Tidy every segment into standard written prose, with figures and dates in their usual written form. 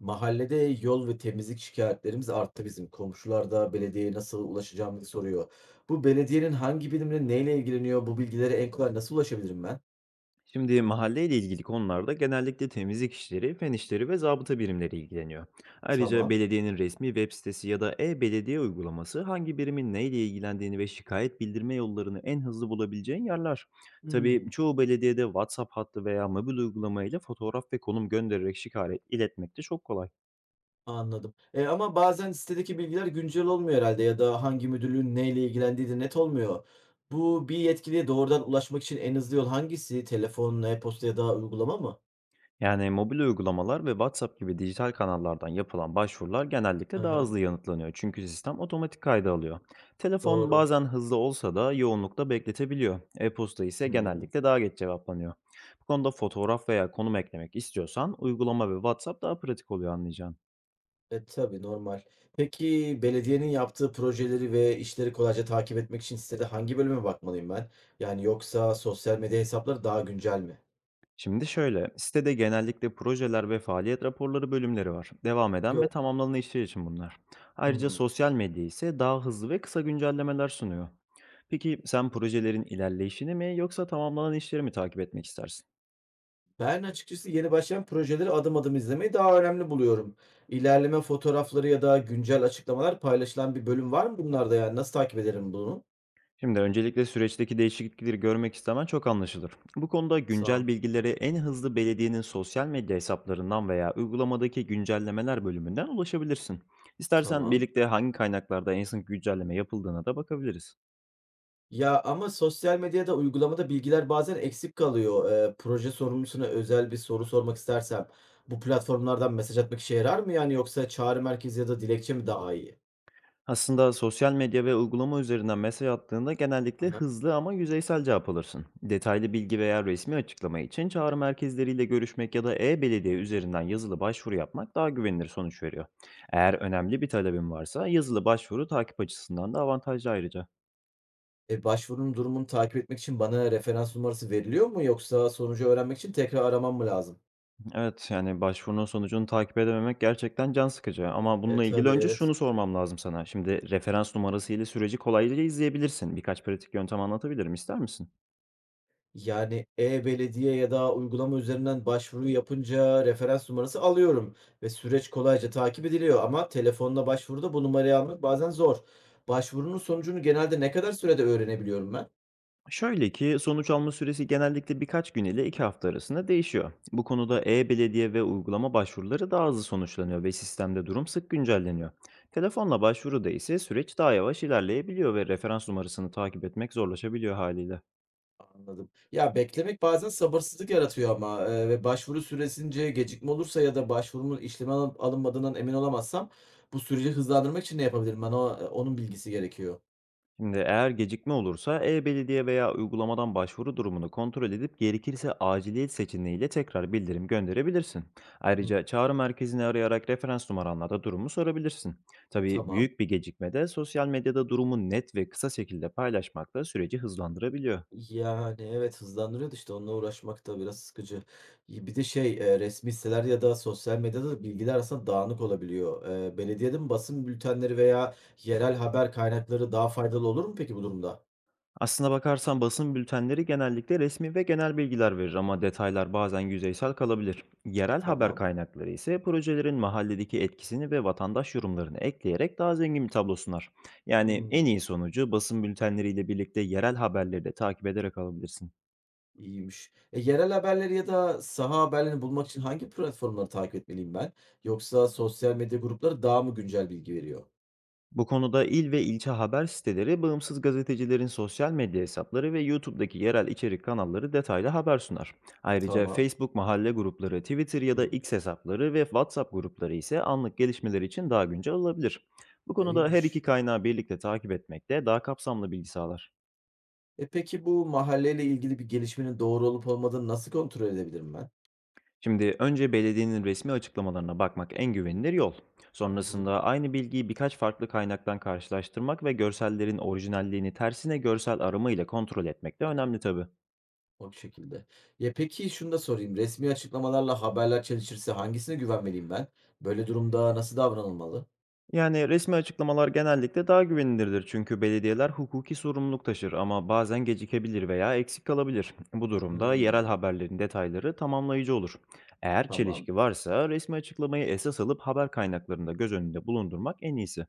Mahallede yol ve temizlik şikayetlerimiz arttı bizim. Komşular da belediyeye nasıl ulaşacağım diye soruyor. Bu belediyenin hangi birimleri neyle ilgileniyor? Bu bilgilere en kolay nasıl ulaşabilirim ben? Şimdi mahalleyle ilgili konularda genellikle temizlik işleri, fen işleri ve zabıta birimleri ilgileniyor. Ayrıca Tamam. belediyenin resmi web sitesi ya da e-belediye uygulaması hangi birimin neyle ilgilendiğini ve şikayet bildirme yollarını en hızlı bulabileceğin yerler. Tabii Hmm, çoğu belediyede WhatsApp hattı veya mobil uygulamayla fotoğraf ve konum göndererek şikayet iletmek de çok kolay. anladım. Ama bazen sitedeki bilgiler güncel olmuyor herhalde ya da hangi müdürlüğün neyle ilgilendiği de net olmuyor. Bu bir yetkiliye doğrudan ulaşmak için en hızlı yol hangisi? Telefon, e-posta ya da uygulama mı? Yani mobil uygulamalar ve WhatsApp gibi dijital kanallardan yapılan başvurular genellikle Hı daha hı, hızlı yanıtlanıyor, çünkü sistem otomatik kayda alıyor. Telefon doğru. bazen hızlı olsa da yoğunlukla bekletebiliyor. E-posta ise Hmm. genellikle daha geç cevaplanıyor. Bu konuda fotoğraf veya konum eklemek istiyorsan uygulama ve WhatsApp daha pratik oluyor anlayacağın. Tabii, normal. Peki, belediyenin yaptığı projeleri ve işleri kolayca takip etmek için sitede hangi bölüme bakmalıyım ben? Yani yoksa sosyal medya hesapları daha güncel mi? Şimdi şöyle, sitede genellikle projeler ve faaliyet raporları bölümleri var. Devam eden Gö ve tamamlanan işler için bunlar. Ayrıca Hımm. sosyal medya ise daha hızlı ve kısa güncellemeler sunuyor. Peki sen projelerin ilerleyişini mi yoksa tamamlanan işleri mi takip etmek istersin? Ben açıkçası yeni başlayan projeleri adım adım izlemeyi daha önemli buluyorum. İlerleme fotoğrafları ya da güncel açıklamalar paylaşılan bir bölüm var mı bunlarda yani? Nasıl takip ederim bunu? Şimdi öncelikle süreçteki değişiklikleri görmek istemen çok anlaşılır. Bu konuda Sağ güncel ol. bilgileri en hızlı belediyenin sosyal medya hesaplarından veya uygulamadaki güncellemeler bölümünden ulaşabilirsin. İstersen Tamam. birlikte hangi kaynaklarda en son güncelleme yapıldığına da bakabiliriz. Ya, ama sosyal medyada, uygulamada bilgiler bazen eksik kalıyor. Proje sorumlusuna özel bir soru sormak istersem bu platformlardan mesaj atmak işe yarar mı yani yoksa çağrı merkezi ya da dilekçe mi daha iyi? Aslında sosyal medya ve uygulama üzerinden mesaj attığında genellikle Aha. Hı. hızlı ama yüzeysel cevap alırsın. Detaylı bilgi veya resmi açıklama için çağrı merkezleriyle görüşmek ya da e-belediye üzerinden yazılı başvuru yapmak daha güvenilir sonuç veriyor. Eğer önemli bir talebin varsa yazılı başvuru takip açısından da avantajlı ayrıca. Başvurunun durumunu takip etmek için bana referans numarası veriliyor mu yoksa sonucu öğrenmek için tekrar aramam mı lazım? Evet, yani başvurunun sonucunu takip edememek gerçekten can sıkıcı, ama bununla ilgili Tabii, önce evet. şunu sormam lazım sana. Şimdi referans numarası ile süreci kolayca izleyebilirsin. Birkaç pratik yöntem anlatabilirim, ister misin? Yani e-belediye ya da uygulama üzerinden başvuru yapınca referans numarası alıyorum ve süreç kolayca takip ediliyor ama telefonla başvuruda bu numarayı almak bazen zor. Başvurunun sonucunu genelde ne kadar sürede öğrenebiliyorum ben? Şöyle ki, sonuç alma süresi genellikle birkaç gün ile 2 hafta arasında değişiyor. Bu konuda e-belediye ve uygulama başvuruları daha hızlı sonuçlanıyor ve sistemde durum sık güncelleniyor. Telefonla başvuruda ise süreç daha yavaş ilerleyebiliyor ve referans numarasını takip etmek zorlaşabiliyor haliyle. Anladım. Ya beklemek bazen sabırsızlık yaratıyor ama ve başvuru süresince gecikme olursa ya da başvurumun işleme alınmadığından emin olamazsam bu süreci hızlandırmak için ne yapabilirim? Bana onun bilgisi gerekiyor. Şimdi, eğer gecikme olursa e-belediye veya uygulamadan başvuru durumunu kontrol edip gerekirse aciliyet seçeneğiyle tekrar bildirim gönderebilirsin. Hı, Ayrıca çağrı merkezini arayarak referans numaranla da durumu sorabilirsin. Tabii tamam. büyük bir gecikmede sosyal medyada durumu net ve kısa şekilde paylaşmak da süreci hızlandırabiliyor. Yani, evet, hızlandırıyordu, işte, onunla uğraşmak da biraz sıkıcı. Bir de şey, resmi siteler ya da sosyal medyada da bilgiler aslında dağınık olabiliyor. Belediyenin basın bültenleri veya yerel haber kaynakları daha faydalı olur mu peki bu durumda? Aslına bakarsan basın bültenleri genellikle resmi ve genel bilgiler verir, ama detaylar bazen yüzeysel kalabilir. Yerel haber Tamam. kaynakları ise projelerin mahalledeki etkisini ve vatandaş yorumlarını ekleyerek daha zengin bir tablo sunar. Yani en Hımm, iyi sonucu basın bültenleriyle birlikte yerel haberleri de takip ederek alabilirsin. iyiymiş. Yerel haberleri ya da saha haberlerini bulmak için hangi platformları takip etmeliyim ben? Yoksa sosyal medya grupları daha mı güncel bilgi veriyor? Bu konuda il ve ilçe haber siteleri, bağımsız gazetecilerin sosyal medya hesapları ve YouTube'daki yerel içerik kanalları detaylı haber sunar. Ayrıca Tamam. Facebook mahalle grupları, Twitter ya da Hımm, X hesapları ve WhatsApp grupları ise anlık gelişmeler için daha güncel olabilir. Bu konuda her iki iyiymiş. kaynağı birlikte takip etmek de daha kapsamlı bilgi sağlar. Peki bu mahalleyle ilgili bir gelişmenin doğru olup olmadığını nasıl kontrol edebilirim ben? Şimdi önce belediyenin resmi açıklamalarına bakmak en güvenilir yol. Hı hı. Sonrasında aynı bilgiyi birkaç farklı kaynaktan karşılaştırmak ve görsellerin orijinalliğini tersine görsel arama ile kontrol etmek de önemli tabii. O şekilde. Ya peki şunu da sorayım. Resmi açıklamalarla haberler çelişirse hangisine güvenmeliyim ben? Böyle durumda nasıl davranılmalı? Yani resmi açıklamalar genellikle daha güvenilirdir, çünkü belediyeler Anladım. hukuki sorumluluk taşır, ama bazen gecikebilir veya eksik kalabilir. Bu durumda yerel Hmm, haberlerin detayları tamamlayıcı olur. Eğer tamam. çelişki varsa resmi açıklamayı esas alıp haber kaynaklarında göz önünde bulundurmak en iyisi.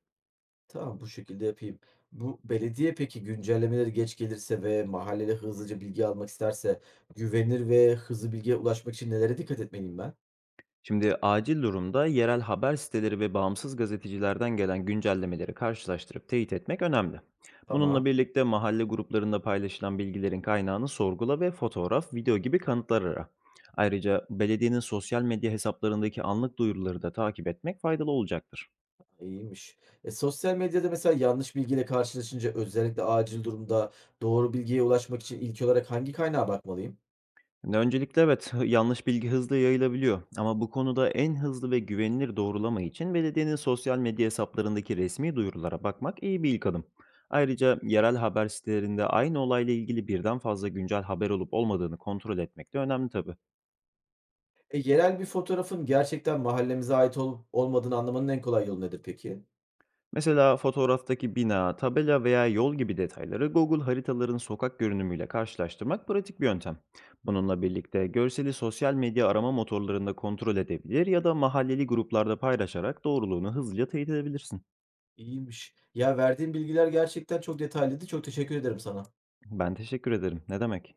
Tamam bu şekilde yapayım. Bu belediye peki güncellemeleri geç gelirse ve mahallede hızlıca bilgi almak isterse güvenilir ve hızlı bilgiye ulaşmak için nelere dikkat etmeliyim ben? Şimdi acil durumda yerel haber siteleri ve bağımsız gazetecilerden gelen güncellemeleri karşılaştırıp teyit etmek önemli. Tamam. Bununla birlikte mahalle gruplarında paylaşılan bilgilerin kaynağını sorgula ve fotoğraf, video gibi kanıtlar ara. Ayrıca belediyenin sosyal medya hesaplarındaki anlık duyuruları da takip etmek faydalı olacaktır. İyiymiş. Sosyal medyada mesela yanlış bilgiyle karşılaşınca özellikle acil durumda doğru bilgiye ulaşmak için ilk olarak hangi kaynağa bakmalıyım? Şimdi öncelikle evet, yanlış bilgi hızlı yayılabiliyor, ama bu konuda en hızlı ve güvenilir doğrulama için belediyenin sosyal medya hesaplarındaki resmi duyurulara bakmak iyi bir ilk adım. Ayrıca yerel haber sitelerinde aynı olayla ilgili birden fazla güncel haber olup olmadığını kontrol etmek de önemli tabii. Yerel bir fotoğrafın gerçekten mahallemize ait olup olmadığını anlamanın en kolay yolu nedir peki? Mesela fotoğraftaki bina, tabela veya yol gibi detayları Google haritaların sokak görünümüyle karşılaştırmak pratik bir yöntem. Bununla birlikte görseli sosyal medya arama motorlarında kontrol edebilir ya da mahalleli gruplarda paylaşarak doğruluğunu hızlıca teyit edebilirsin. İyiymiş. Ya verdiğin bilgiler gerçekten çok detaylıydı. Çok teşekkür ederim sana. Ben teşekkür ederim. Ne demek?